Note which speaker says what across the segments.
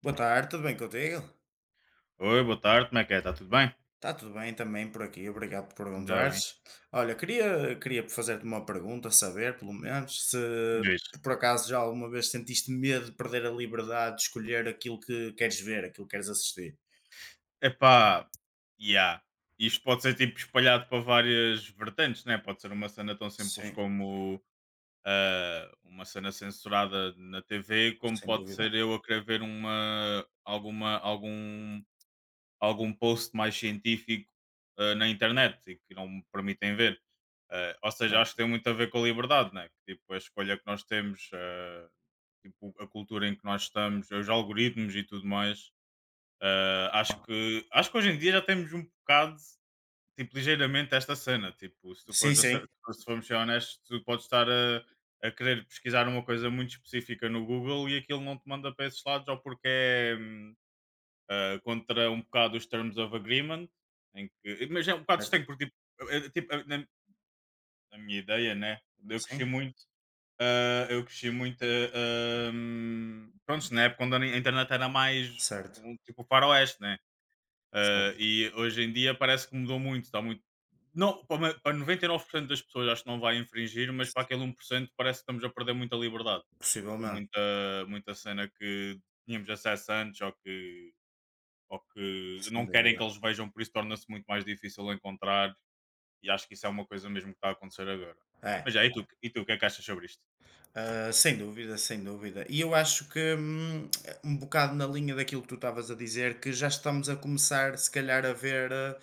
Speaker 1: Boa tarde, tudo bem contigo?
Speaker 2: Oi, boa tarde, como é que é? Está tudo bem?
Speaker 1: Está tudo bem também por aqui, obrigado por
Speaker 2: Ainda bem.
Speaker 1: perguntares. Olha, queria fazer-te uma pergunta, saber pelo menos se
Speaker 2: Diz.
Speaker 1: por acaso já alguma vez sentiste medo de perder a liberdade de escolher aquilo que queres ver, aquilo que queres assistir.
Speaker 2: Epá, yeah. Isto pode ser tipo espalhado para várias vertentes, né? Pode ser uma cena tão simples
Speaker 1: Sim,
Speaker 2: como uma cena censurada na TV, como
Speaker 1: sem
Speaker 2: pode
Speaker 1: dúvida.
Speaker 2: ser eu a querer ver uma, alguma, algum algum post mais científico na internet e que não me permitem ver. Ou seja,
Speaker 1: Claro.
Speaker 2: acho que tem muito a ver com a liberdade, né? Tipo, a escolha que nós temos, tipo, a cultura em que nós estamos, os algoritmos e tudo mais. Acho que hoje em dia já temos um bocado, tipo, ligeiramente esta cena. Tipo, se tu
Speaker 1: Sim,
Speaker 2: fores a ser,
Speaker 1: sim,
Speaker 2: se formos ser honestos, tu podes estar a querer pesquisar uma coisa muito específica no Google e aquilo não te manda para esses lados, ou porque é, contra um bocado os Terms of Agreement, em que, mas é um bocado
Speaker 1: certo.
Speaker 2: estranho, porque tipo, tipo, na minha ideia, né? Eu cresci
Speaker 1: Sim,
Speaker 2: muito, pronto, na época quando a internet era mais um
Speaker 1: certo.
Speaker 2: tipo faroeste, né?
Speaker 1: Certo.
Speaker 2: E hoje em dia parece que mudou muito, está muito. Não, para 99% das pessoas acho que não vai infringir, mas para aquele 1% parece que estamos a perder muita liberdade,
Speaker 1: Possivelmente,
Speaker 2: muita, muita cena que tínhamos acesso antes, ou que
Speaker 1: sem
Speaker 2: não querem que
Speaker 1: dúvida.
Speaker 2: eles vejam, por isso torna-se muito mais difícil encontrar, e acho que isso é uma coisa mesmo que está a acontecer agora.
Speaker 1: É.
Speaker 2: E tu, o que é que achas sobre isto?
Speaker 1: Sem dúvida, sem dúvida. E eu acho que um bocado na linha daquilo que tu estavas a dizer, que já estamos a começar, se calhar, a ver ah,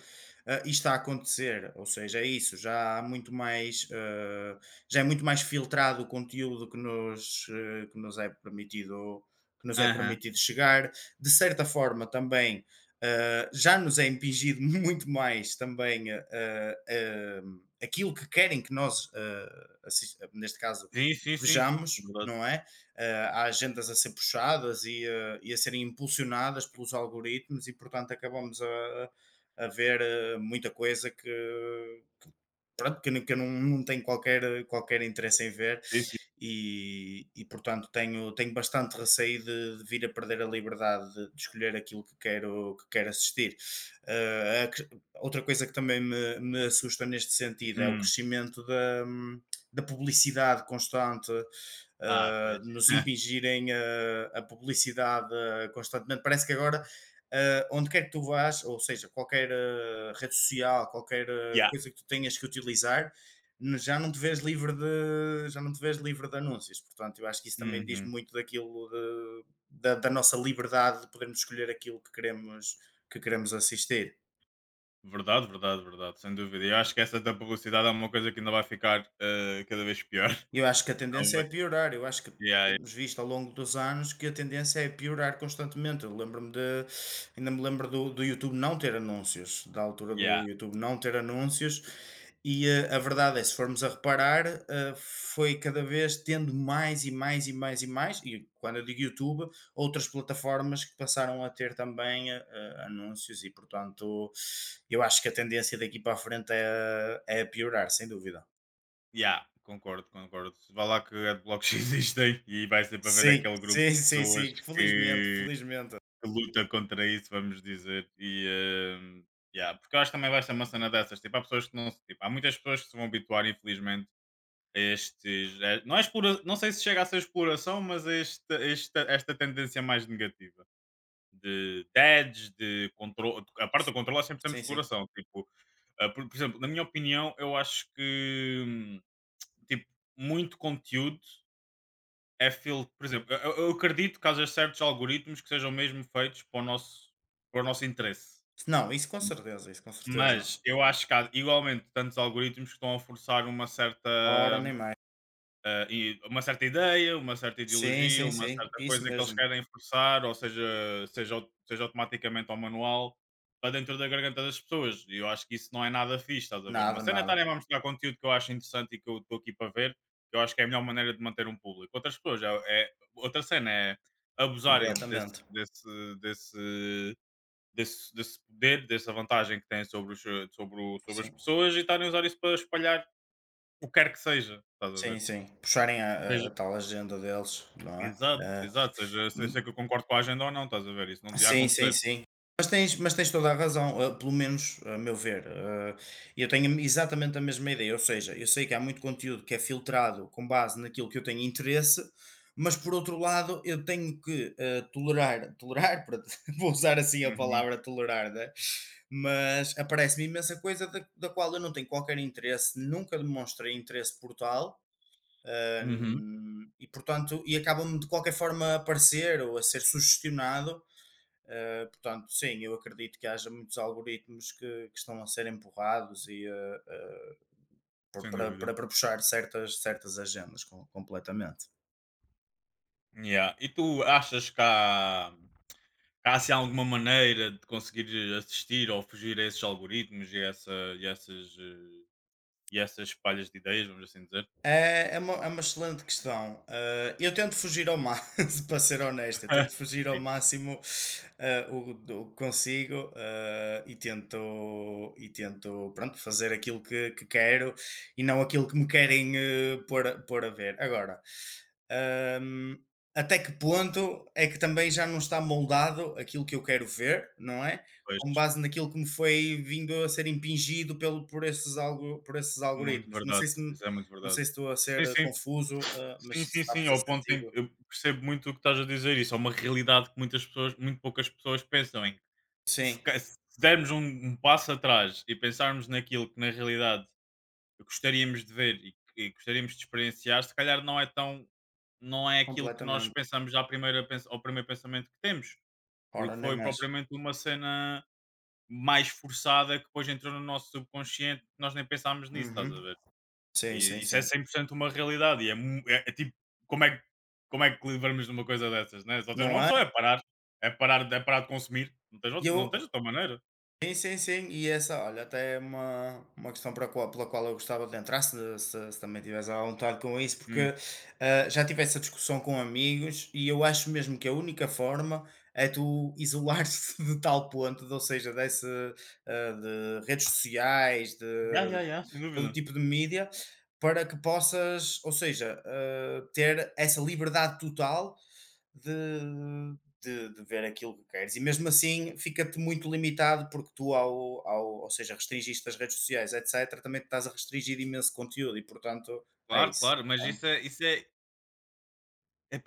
Speaker 1: ah, isto a acontecer. Ou seja, é isso, já há muito mais, já é muito mais filtrado o conteúdo que que nos é permitido, que nos é
Speaker 2: Aham.
Speaker 1: permitido chegar. De certa forma, também já nos é impingido muito mais também aquilo que querem que nós, neste caso
Speaker 2: Sim, sim, sim.
Speaker 1: vejamos,
Speaker 2: Verdade.
Speaker 1: não é? Há agendas a ser puxadas e e a serem impulsionadas pelos algoritmos e, portanto, acabamos a ver muita coisa que, pronto, que eu não tenho qualquer interesse em ver
Speaker 2: Sim, sim.
Speaker 1: e portanto tenho bastante receio de vir a perder a liberdade de escolher aquilo que quero assistir. Ah, a que Outra coisa que também me assusta neste sentido é o
Speaker 2: Hum.
Speaker 1: crescimento da publicidade constante,
Speaker 2: Ah, pois.
Speaker 1: de nos impingirem a publicidade constantemente. Parece que agora onde quer que tu vás, ou seja, qualquer rede social, qualquer
Speaker 2: Yeah.
Speaker 1: coisa que tu tenhas que utilizar, já não te vês livre de, já não te vês livre de anúncios. Portanto, eu acho que isso também diz
Speaker 2: Uhum.
Speaker 1: muito daquilo da nossa liberdade de podermos escolher aquilo que queremos assistir.
Speaker 2: Verdade, verdade, verdade, sem dúvida. Eu acho que essa da publicidade é uma coisa que ainda vai ficar cada vez pior.
Speaker 1: Eu acho que a
Speaker 2: Não
Speaker 1: tendência é
Speaker 2: vai-
Speaker 1: piorar. Eu acho que
Speaker 2: Yeah,
Speaker 1: temos visto ao longo dos anos que a tendência é piorar constantemente. Eu lembro-me de. Ainda me lembro do YouTube não ter anúncios, da altura
Speaker 2: yeah,
Speaker 1: do YouTube não ter anúncios. A verdade é, se formos a reparar, foi cada vez tendo mais e mais e mais e mais, e quando eu digo YouTube, outras plataformas que passaram a ter também anúncios, e portanto, eu acho que a tendência daqui para a frente é piorar, sem dúvida.
Speaker 2: yeah. Concordo, concordo. Vá lá que adblocks existem, e vai sempre haver
Speaker 1: Sim,
Speaker 2: aquele grupo
Speaker 1: sim,
Speaker 2: de
Speaker 1: sim,
Speaker 2: pessoas
Speaker 1: sim. Felizmente,
Speaker 2: que
Speaker 1: felizmente.
Speaker 2: que luta contra isso, vamos dizer. E, yeah, porque eu acho que também vai ser uma cena dessas. Tipo, há pessoas que não se. Tipo, há muitas pessoas que se vão habituar, infelizmente, a estes. Não, é expura, não sei se chega a ser exploração, mas a esta tendência mais negativa de dads, de controle. A parte do controle é sempre temos
Speaker 1: Sim, sim.
Speaker 2: exploração. Tipo, por exemplo, na minha opinião, eu acho que, tipo, muito conteúdo é filtro, por exemplo, eu acredito que haja certos algoritmos que sejam mesmo feitos para o nosso, interesse.
Speaker 1: Não, isso com certeza, isso com certeza.
Speaker 2: Mas eu acho que há igualmente tantos algoritmos que estão a forçar uma certa,
Speaker 1: Ora, nem mais.
Speaker 2: e uma certa ideia, uma certa
Speaker 1: Sim,
Speaker 2: ideologia,
Speaker 1: sim,
Speaker 2: uma
Speaker 1: sim.
Speaker 2: certa
Speaker 1: Isso
Speaker 2: coisa que eles
Speaker 1: mesmo.
Speaker 2: querem forçar, ou seja, seja automaticamente ao manual, para dentro da garganta das pessoas. E eu acho que isso não é nada fixe, estás a ver? Uma
Speaker 1: Nada,
Speaker 2: cena é
Speaker 1: nada.
Speaker 2: estarem a mostrar conteúdo que eu acho interessante e que eu estou aqui para ver, que eu acho que é a melhor maneira de manter um público. Outras pessoas, já é, outra cena é abusarem
Speaker 1: Completamente.
Speaker 2: desse, desse poder, dessa vantagem que têm sobre, os, sobre, o- sobre as
Speaker 1: Sim,
Speaker 2: pessoas, e estarem a usar isso para espalhar o que quer que seja, estás a
Speaker 1: sim,
Speaker 2: ver?
Speaker 1: sim. Puxarem a tal agenda deles, não é?
Speaker 2: Exato, exato. Seja, se é que eu concordo com a agenda ou não, estás a ver? Isso não devia
Speaker 1: Sim, sim,
Speaker 2: acontecer.
Speaker 1: sim. Mas tens toda a razão, pelo menos a meu ver, eu tenho exatamente a mesma ideia, ou seja, eu sei que há muito conteúdo que é filtrado com base naquilo que eu tenho interesse, mas por outro lado eu tenho que, tolerar, pronto, vou usar assim a
Speaker 2: Uhum,
Speaker 1: palavra tolerar, né, mas aparece-me imensa coisa da qual eu não tenho qualquer interesse, nunca demonstrei interesse por tal, hã,
Speaker 2: uhum,
Speaker 1: e portanto e acaba-me de qualquer forma a aparecer ou a ser sugestionado, portanto, sim, eu acredito que haja muitos algoritmos que estão a ser empurrados e por-
Speaker 2: sem
Speaker 1: para,
Speaker 2: dúvida.
Speaker 1: para, para puxar certas, certas agendas completamente.
Speaker 2: Yeah. E tu achas que há, assim, alguma maneira de conseguir assistir ou fugir a esses algoritmos e, essa, e, essas, eh, e essas palhas de ideias, vamos assim dizer?
Speaker 1: É, é uma excelente questão. Eu tento fugir ao máximo, para ser honesto, eu tento fugir ao
Speaker 2: Sim,
Speaker 1: máximo ah, o do que consigo e tento pronto, fazer aquilo que quero e não aquilo que me querem pôr, pôr a ver. Agora, ahm, até que ponto é que também já não está moldado aquilo que eu quero ver, não é? Com
Speaker 2: pois,
Speaker 1: base naquilo que me foi vindo a ser impingido por esses
Speaker 2: muito
Speaker 1: algoritmos.
Speaker 2: verdade. Isso é muito
Speaker 1: Não
Speaker 2: verdade.
Speaker 1: sei se estou a ser
Speaker 2: Sim, sim.
Speaker 1: confuso,
Speaker 2: Sim,
Speaker 1: mas se
Speaker 2: sim,
Speaker 1: está a
Speaker 2: sim,
Speaker 1: fazer
Speaker 2: ao ponto em que
Speaker 1: sentido.
Speaker 2: eu percebo muito o que estás a dizer, isso é uma realidade que muito poucas pessoas pensam em
Speaker 1: Sim,
Speaker 2: se dermos um passo atrás e pensarmos naquilo que na realidade gostaríamos de ver e gostaríamos de experienciar, se calhar não é tão, não é aquilo que nós
Speaker 1: completamente.
Speaker 2: pensamos à primeira, ao primeiro pensamento que temos,
Speaker 1: Ora,
Speaker 2: porque
Speaker 1: nem
Speaker 2: foi
Speaker 1: mais.
Speaker 2: propriamente uma cena mais forçada que depois entrou no nosso subconsciente, que nós nem pensámos nisso, estás
Speaker 1: Uhum.
Speaker 2: a ver?
Speaker 1: Sim, sim,
Speaker 2: E isso é
Speaker 1: sim.
Speaker 2: 100% uma realidade, e é tipo, como é, que- como é que livramos de uma coisa dessas, né? Só tens uma
Speaker 1: Não é?
Speaker 2: opção, é parar, é parar, é parar de consumir, não tens,
Speaker 1: E eu.
Speaker 2: não tens outra maneira.
Speaker 1: Sim, sim, sim. E essa, olha, até é uma questão para a pela qual eu gostava de entrar, se também tivesse à vontade com isso, porque já tive essa discussão com amigos e eu acho mesmo que a única forma é tu isolar-te de tal ponto, ou seja, ah, de redes sociais,
Speaker 2: Ya, ya,
Speaker 1: de
Speaker 2: ya, sem
Speaker 1: todo
Speaker 2: dúvida.
Speaker 1: tipo de mídia, para que possas, ou seja, ter essa liberdade total de ver aquilo que queres. E mesmo assim fica-te muito limitado porque tu, ou seja, restringiste as redes sociais, etc., também te estás a restringir imenso conteúdo e, portanto, é
Speaker 2: Claro,
Speaker 1: isso.
Speaker 2: claro, mas
Speaker 1: Ah,
Speaker 2: isso é, isso é,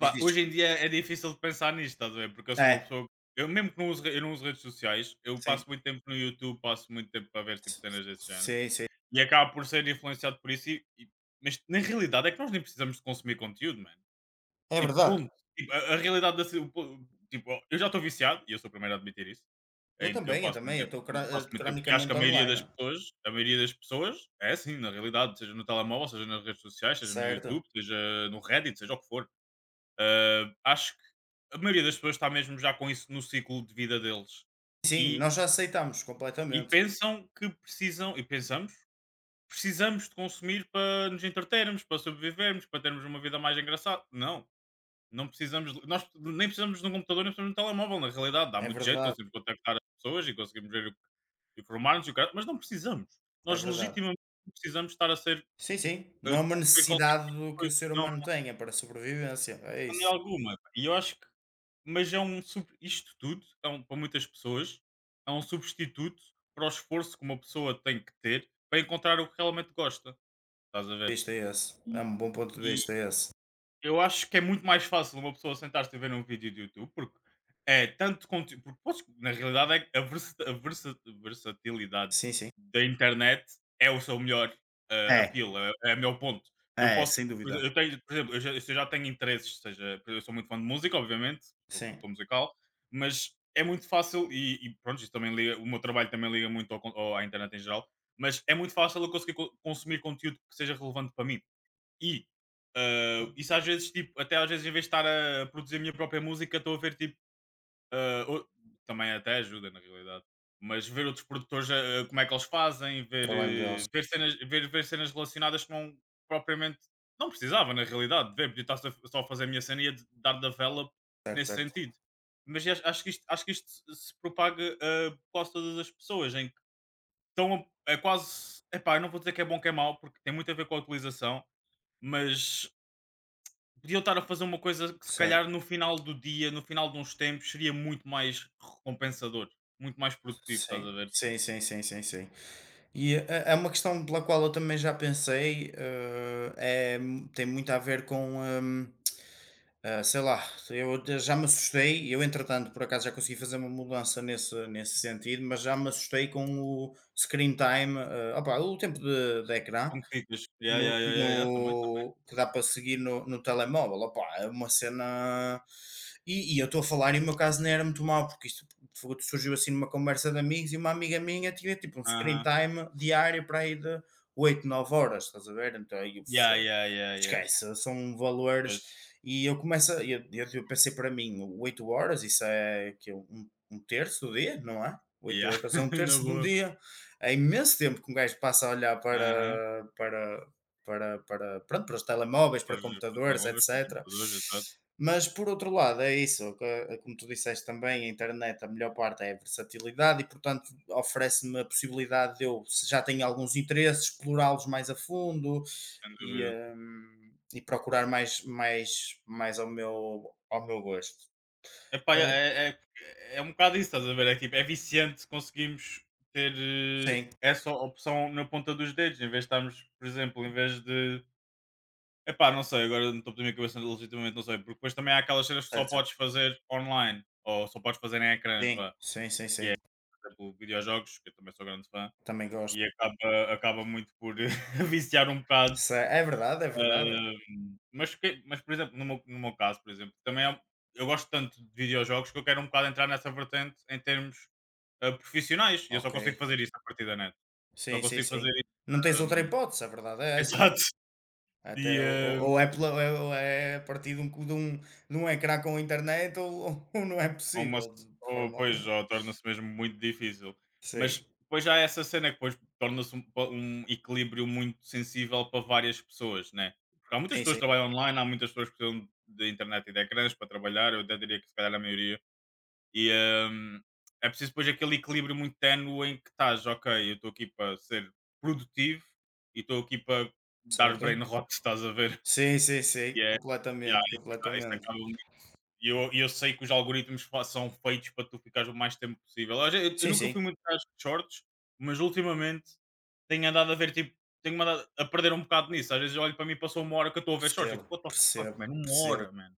Speaker 1: Diz, diz,
Speaker 2: hoje em
Speaker 1: desculpa.
Speaker 2: dia é difícil de pensar nisto, estás a ver? Porque eu sou uma
Speaker 1: É,
Speaker 2: pessoa, eu mesmo, que não uso re eu não uso redes sociais, eu
Speaker 1: sim.
Speaker 2: passo muito tempo no YouTube, passo muito tempo para ver tipo cenas desse género
Speaker 1: Sim, sim.
Speaker 2: e acabo por ser influenciado por isso, mas na realidade é que nós nem precisamos de consumir conteúdo, mano.
Speaker 1: É
Speaker 2: Tipo,
Speaker 1: verdade.
Speaker 2: ponto. Tipo, a realidade da ci o po tipo, eu já estou viciado e eu sou o primeiro a admitir isso. É
Speaker 1: Eu
Speaker 2: em que eu
Speaker 1: também, eu também. Eu estou
Speaker 2: passo muito tempo, e acho que
Speaker 1: cronicamente online. Ó.
Speaker 2: a maioria das pessoas é assim, na realidade, seja no telemóvel, seja nas redes sociais, seja no
Speaker 1: Certo.
Speaker 2: YouTube, seja no Reddit, seja o que for. Acho que a maioria das pessoas está mesmo já com isso no ciclo de vida deles,
Speaker 1: Sim,
Speaker 2: e
Speaker 1: nós já aceitamos completamente.
Speaker 2: pensam que precisam, e pensamos, precisamos de consumir para nos entretermos, para sobrevivermos, para termos uma vida mais engraçada. Não, não precisamos de nós, nem precisamos de um computador, nem precisamos de um telemóvel. Na realidade, dá
Speaker 1: É
Speaker 2: muito jeito,
Speaker 1: verdade,
Speaker 2: conseguimos contactar as pessoas e conseguimos ver o que informar-nos e o caralho, mas não precisamos.
Speaker 1: é
Speaker 2: Nós
Speaker 1: verdade.
Speaker 2: legitimamente não precisamos estar a ser,
Speaker 1: Sim, sim. Não é uma
Speaker 2: top em qualquer
Speaker 1: necessidade do que o
Speaker 2: coisa.
Speaker 1: ser
Speaker 2: Não, de
Speaker 1: humano tenha para a sobrevivência. É isso.
Speaker 2: maneira alguma. E eu acho que, mas é um sub isto tudo é um para muitas pessoas, é um substituto para o esforço que uma pessoa tem que ter para encontrar o que realmente gosta, estás a ver?
Speaker 1: Isto é esse. É um bom ponto de
Speaker 2: E
Speaker 1: vista, é esse.
Speaker 2: eu acho que é muito mais fácil uma pessoa sentar-se e ver um vídeo de YouTube, porque é tanto conteúdo. Porque na realidade é que a versatilidade
Speaker 1: Sim, sim.
Speaker 2: da internet é o seu melhor
Speaker 1: É,
Speaker 2: appeal, é o meu ponto.
Speaker 1: é, sem dúvida.
Speaker 2: Eu tenho, por exemplo, se eu já tenho interesses, seja, eu sou muito fã de música, obviamente, sou
Speaker 1: Sim,
Speaker 2: produtor musical, mas é muito fácil, pronto, isso também liga, o meu trabalho também liga muito à internet em geral, mas é muito fácil eu conseguir consumir conteúdo que seja relevante para mim, e isso às vezes, tipo, até às vezes, em vez de estar a produzir a minha própria música, estou a ver, tipo, ah, o- também até ajuda na realidade, mas ver outros produtores, como é que eles fazem,
Speaker 1: trabalho deles.
Speaker 2: ver, cenas, ver cenas relacionadas que não propriamente não precisava, na realidade, de ver, podia estar só a fazer a minha cena e a dar develop
Speaker 1: Certo,
Speaker 2: nesse
Speaker 1: certo,
Speaker 2: sentido. Mas acho que isto, acho que isto se propaga, por quase todas as pessoas, em que é quase. Epá, eu não vou dizer que é bom que é mau, porque tem muito a ver com a utilização, mas podiam estar a fazer uma coisa que se
Speaker 1: certo.
Speaker 2: calhar no final do dia, no final de uns tempos, seria muito mais recompensador, muito mais produtivo, estás
Speaker 1: Sim,
Speaker 2: a ver?
Speaker 1: sim, sim, sim, sim, sim. E é uma questão pela qual eu também já pensei, é, tem muito a ver com, sei lá, eu já me assustei, eu entretanto por acaso já consegui fazer uma mudança nesse sentido, mas já me assustei com o screen time, opá, o tempo de ecrã.
Speaker 2: Com críticas. Yeah, yeah, yeah, yeah, yeah, também tá.
Speaker 1: Que dá para seguir no telemóvel, opá, é uma cena. E eu estou a falar, e o meu caso nem era muito mau, porque isto surgiu assim numa conversa de amigos e uma amiga minha tinha tipo um screen
Speaker 2: Aham.
Speaker 1: time diário para aí de 8 9 horas, estás a ver? Então aí
Speaker 2: Yeah, yeah, yeah, yeah.
Speaker 1: esquece, são valores.
Speaker 2: Pois.
Speaker 1: E eu começo a eu eu eu pensei para mim, 8 horas, isso é que é. Um terço do dia, não é? oito
Speaker 2: Yeah.
Speaker 1: horas é um
Speaker 2: Na
Speaker 1: terço de um
Speaker 2: boa.
Speaker 1: dia, é imenso tempo que um gajo passa a olhar
Speaker 2: Aham.
Speaker 1: para pronto, para os telemóveis, para
Speaker 2: Para os
Speaker 1: computadores,
Speaker 2: telemóveis, para o
Speaker 1: etcétera.
Speaker 2: computador, exato,
Speaker 1: Mas por outro lado é isso, que como tu disseste também, a internet a melhor parte é a versatilidade e portanto oferece-me a possibilidade de eu, se já tenho alguns interesses, explorá-los mais a fundo,
Speaker 2: sem
Speaker 1: e,
Speaker 2: dúvida.
Speaker 1: hum, e procurar mais ao meu gosto.
Speaker 2: Epá, yeah, é um bocado isso, estás a ver? É, tipo, é viciante, conseguimos ter
Speaker 1: Sim,
Speaker 2: essa opção na ponta dos dedos, em vez de estarmos, por exemplo, em vez de epá, não sei, agora no topo da minha cabeça legitimamente não sei, porque depois também há aquelas cenas que só
Speaker 1: certo,
Speaker 2: podes
Speaker 1: certo.
Speaker 2: fazer online, ou só podes fazer em ecrãs,
Speaker 1: Sim,
Speaker 2: vá,
Speaker 1: sim, sim,
Speaker 2: que
Speaker 1: sim.
Speaker 2: é, por exemplo, videojogos, que eu também sou grande fã,
Speaker 1: Também gosto.
Speaker 2: e acaba muito por viciar um bocado.
Speaker 1: Se é verdade, é verdade.
Speaker 2: Mas, por exemplo, no meu caso, por exemplo, também um, eu gosto tanto de videojogos que eu quero um bocado entrar nessa vertente em termos, profissionais, e eu só
Speaker 1: Ok.
Speaker 2: consigo fazer isso a partir da net. Só
Speaker 1: Sim, sim,
Speaker 2: consigo fazer
Speaker 1: sim.
Speaker 2: isso.
Speaker 1: Não tens outra
Speaker 2: ahm,
Speaker 1: hipótese, a verdade é essa.
Speaker 2: exato.
Speaker 1: Até
Speaker 2: E,
Speaker 1: ou é pela, ou é a partir de um ecrã com internet, ou ou não é
Speaker 2: Ou uma,
Speaker 1: possível, de forma
Speaker 2: Pois,
Speaker 1: alguma.
Speaker 2: ou torna-se mesmo muito difícil.
Speaker 1: Sim,
Speaker 2: Mas depois já há essa cena que depois torna-se um equilíbrio muito sensível para várias pessoas, né? Porque há muitas
Speaker 1: sim,
Speaker 2: pessoas que
Speaker 1: sim.
Speaker 2: trabalham online, há muitas pessoas que precisam de internet e de ecrãs para trabalhar, eu até diria que se calhar a maioria. E hum, é preciso depois aquele equilíbrio muito ténue em que estás, ok, eu estou aqui para ser produtivo e estou aqui para dar brain
Speaker 1: Certo?
Speaker 2: rot, estás a ver?
Speaker 1: Sim, sim, sim.
Speaker 2: E é, yeah,
Speaker 1: Completamente,
Speaker 2: isso
Speaker 1: completamente.
Speaker 2: acaba muito, e eu sei que os algoritmos fa são feitos para tu ficares o mais tempo possível. Às ve eu
Speaker 1: Sim,
Speaker 2: nunca fui
Speaker 1: sim.
Speaker 2: muito atrás de shorts, mas ultimamente tenho andado a ver, tipo, tenho andado a perder um bocado nisso. Às vezes eu olho para mim e passou 1 hora que eu estou a ver shorts, eu
Speaker 1: Percebo,
Speaker 2: tipo: "What the fuck
Speaker 1: percebo,
Speaker 2: man, 1
Speaker 1: percebo.
Speaker 2: hora man".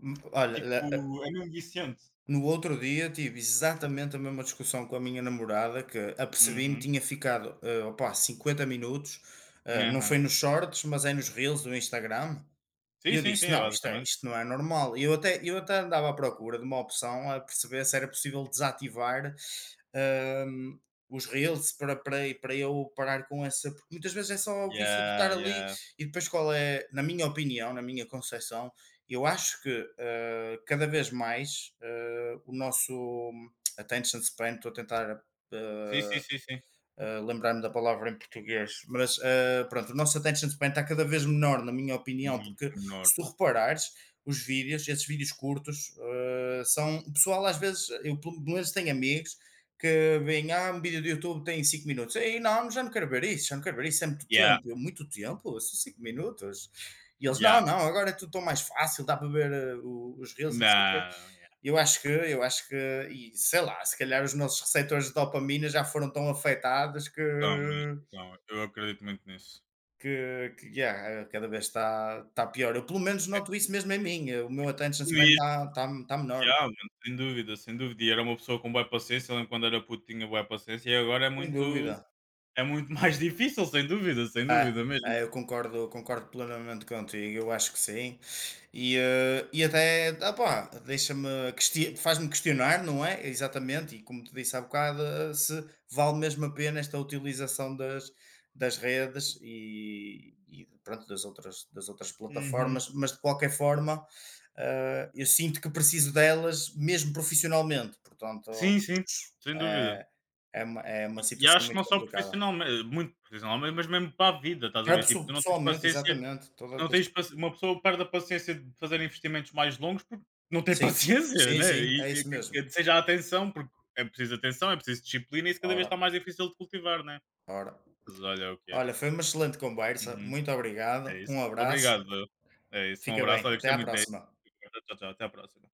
Speaker 1: Olha,
Speaker 2: Tipo, é mesmo viciante.
Speaker 1: no outro dia tive exatamente a mesma discussão com a minha namorada, que apercebi-me
Speaker 2: Uhum.
Speaker 1: tinha ficado, opá, 50 minutos, não foi
Speaker 2: Aham.
Speaker 1: nos shorts, mas é nos reels do Instagram, e
Speaker 2: Sim,
Speaker 1: eu
Speaker 2: sim, sim,
Speaker 1: disse:
Speaker 2: é
Speaker 1: "Não, isto é
Speaker 2: basicamente.
Speaker 1: isto não é normal". E eu até andava à procura de uma opção a perceber se era possível desativar, hum, os reels para eu parar com essa, porque muitas vezes é só o vício de estar
Speaker 2: Yeah,
Speaker 1: ali
Speaker 2: yeah.
Speaker 1: e depois qual é na minha opinião, na minha concepção, eu acho que, cada vez mais, o nosso attention span, estou a tentar,
Speaker 2: Sim, sim,
Speaker 1: hã
Speaker 2: sim, sim.
Speaker 1: Lembrar-me da palavra em português, mas pronto, o nosso attention span está cada vez menor, na minha opinião,
Speaker 2: Muito
Speaker 1: porque se
Speaker 2: menor.
Speaker 1: tu reparares, os vídeos, esses vídeos curtos, são. O pessoal às vezes, eu pelo menos tenho amigos que veem, um vídeo do YouTube tem 5 minutos, ei, não, já não quero ver isso, já não quero ver isso, é muito
Speaker 2: Yeah,
Speaker 1: tempo, eu, muito tempo, são 5 minutos. E eles, não,
Speaker 2: yeah.
Speaker 1: não, agora é tudo tão mais fácil, dá para ver os reels e não sei o quê.
Speaker 2: Não, yeah.
Speaker 1: Eu acho que E sei lá, se calhar os nossos receptores de dopamina já foram tão afetados que
Speaker 2: Então, mas então, eu acredito muito nisso.
Speaker 1: que que, yeah, cada vez está pior. Eu pelo menos
Speaker 2: É,
Speaker 1: noto isso mesmo em mim, o meu attention span
Speaker 2: mesmo,
Speaker 1: está menor,
Speaker 2: já, mano, sem dúvida, sem dúvida. E era uma pessoa com boa paciência, eu lembro quando era puto tinha boa paciência, e agora é
Speaker 1: sem
Speaker 2: muito,
Speaker 1: dúvida.
Speaker 2: mais difícil, sem dúvida, sem
Speaker 1: Ah,
Speaker 2: dúvida mesmo.
Speaker 1: eu concordo, concordo plenamente contigo, eu acho que sim. E e até, ah pá, deixa-me, faz-me questionar, não é? Exatamente, e como te disse há bocado, se vale mesmo a pena esta utilização das, das redes e, pronto, das outras
Speaker 2: Uhum.
Speaker 1: plataformas, mas de qualquer forma, eu sinto que preciso delas mesmo profissionalmente, portanto,
Speaker 2: Sim, sim, sem
Speaker 1: eh,
Speaker 2: dúvida.
Speaker 1: é uma situação
Speaker 2: Acho que
Speaker 1: muito
Speaker 2: não só
Speaker 1: complicada.
Speaker 2: muito profissionalmente, mas mesmo para a vida, estás a ver? Tipo, tu não tens
Speaker 1: Pessoalmente,
Speaker 2: paciência,
Speaker 1: exatamente, toda.
Speaker 2: não tens paci uma pessoa perde a paciência de fazer investimentos mais longos porque não tem
Speaker 1: Sim,
Speaker 2: paciência,
Speaker 1: sim,
Speaker 2: né?
Speaker 1: sim, é isso mesmo.
Speaker 2: Que seja a atenção, porque é preciso atenção, é preciso disciplina, e isso cada vez está
Speaker 1: Ora,
Speaker 2: mais difícil de cultivar, né?
Speaker 1: ora.
Speaker 2: Mas olha, é o que é.
Speaker 1: Olha, foi uma excelente conversa.
Speaker 2: Uhum.
Speaker 1: Muito obrigado.
Speaker 2: É isso.
Speaker 1: Um abraço.
Speaker 2: Obrigado, é isso, um
Speaker 1: Fica
Speaker 2: abraço,
Speaker 1: bem.
Speaker 2: olha,
Speaker 1: Até
Speaker 2: gostei
Speaker 1: à
Speaker 2: muito de,
Speaker 1: próxima.
Speaker 2: tchau, tchau, até à próxima.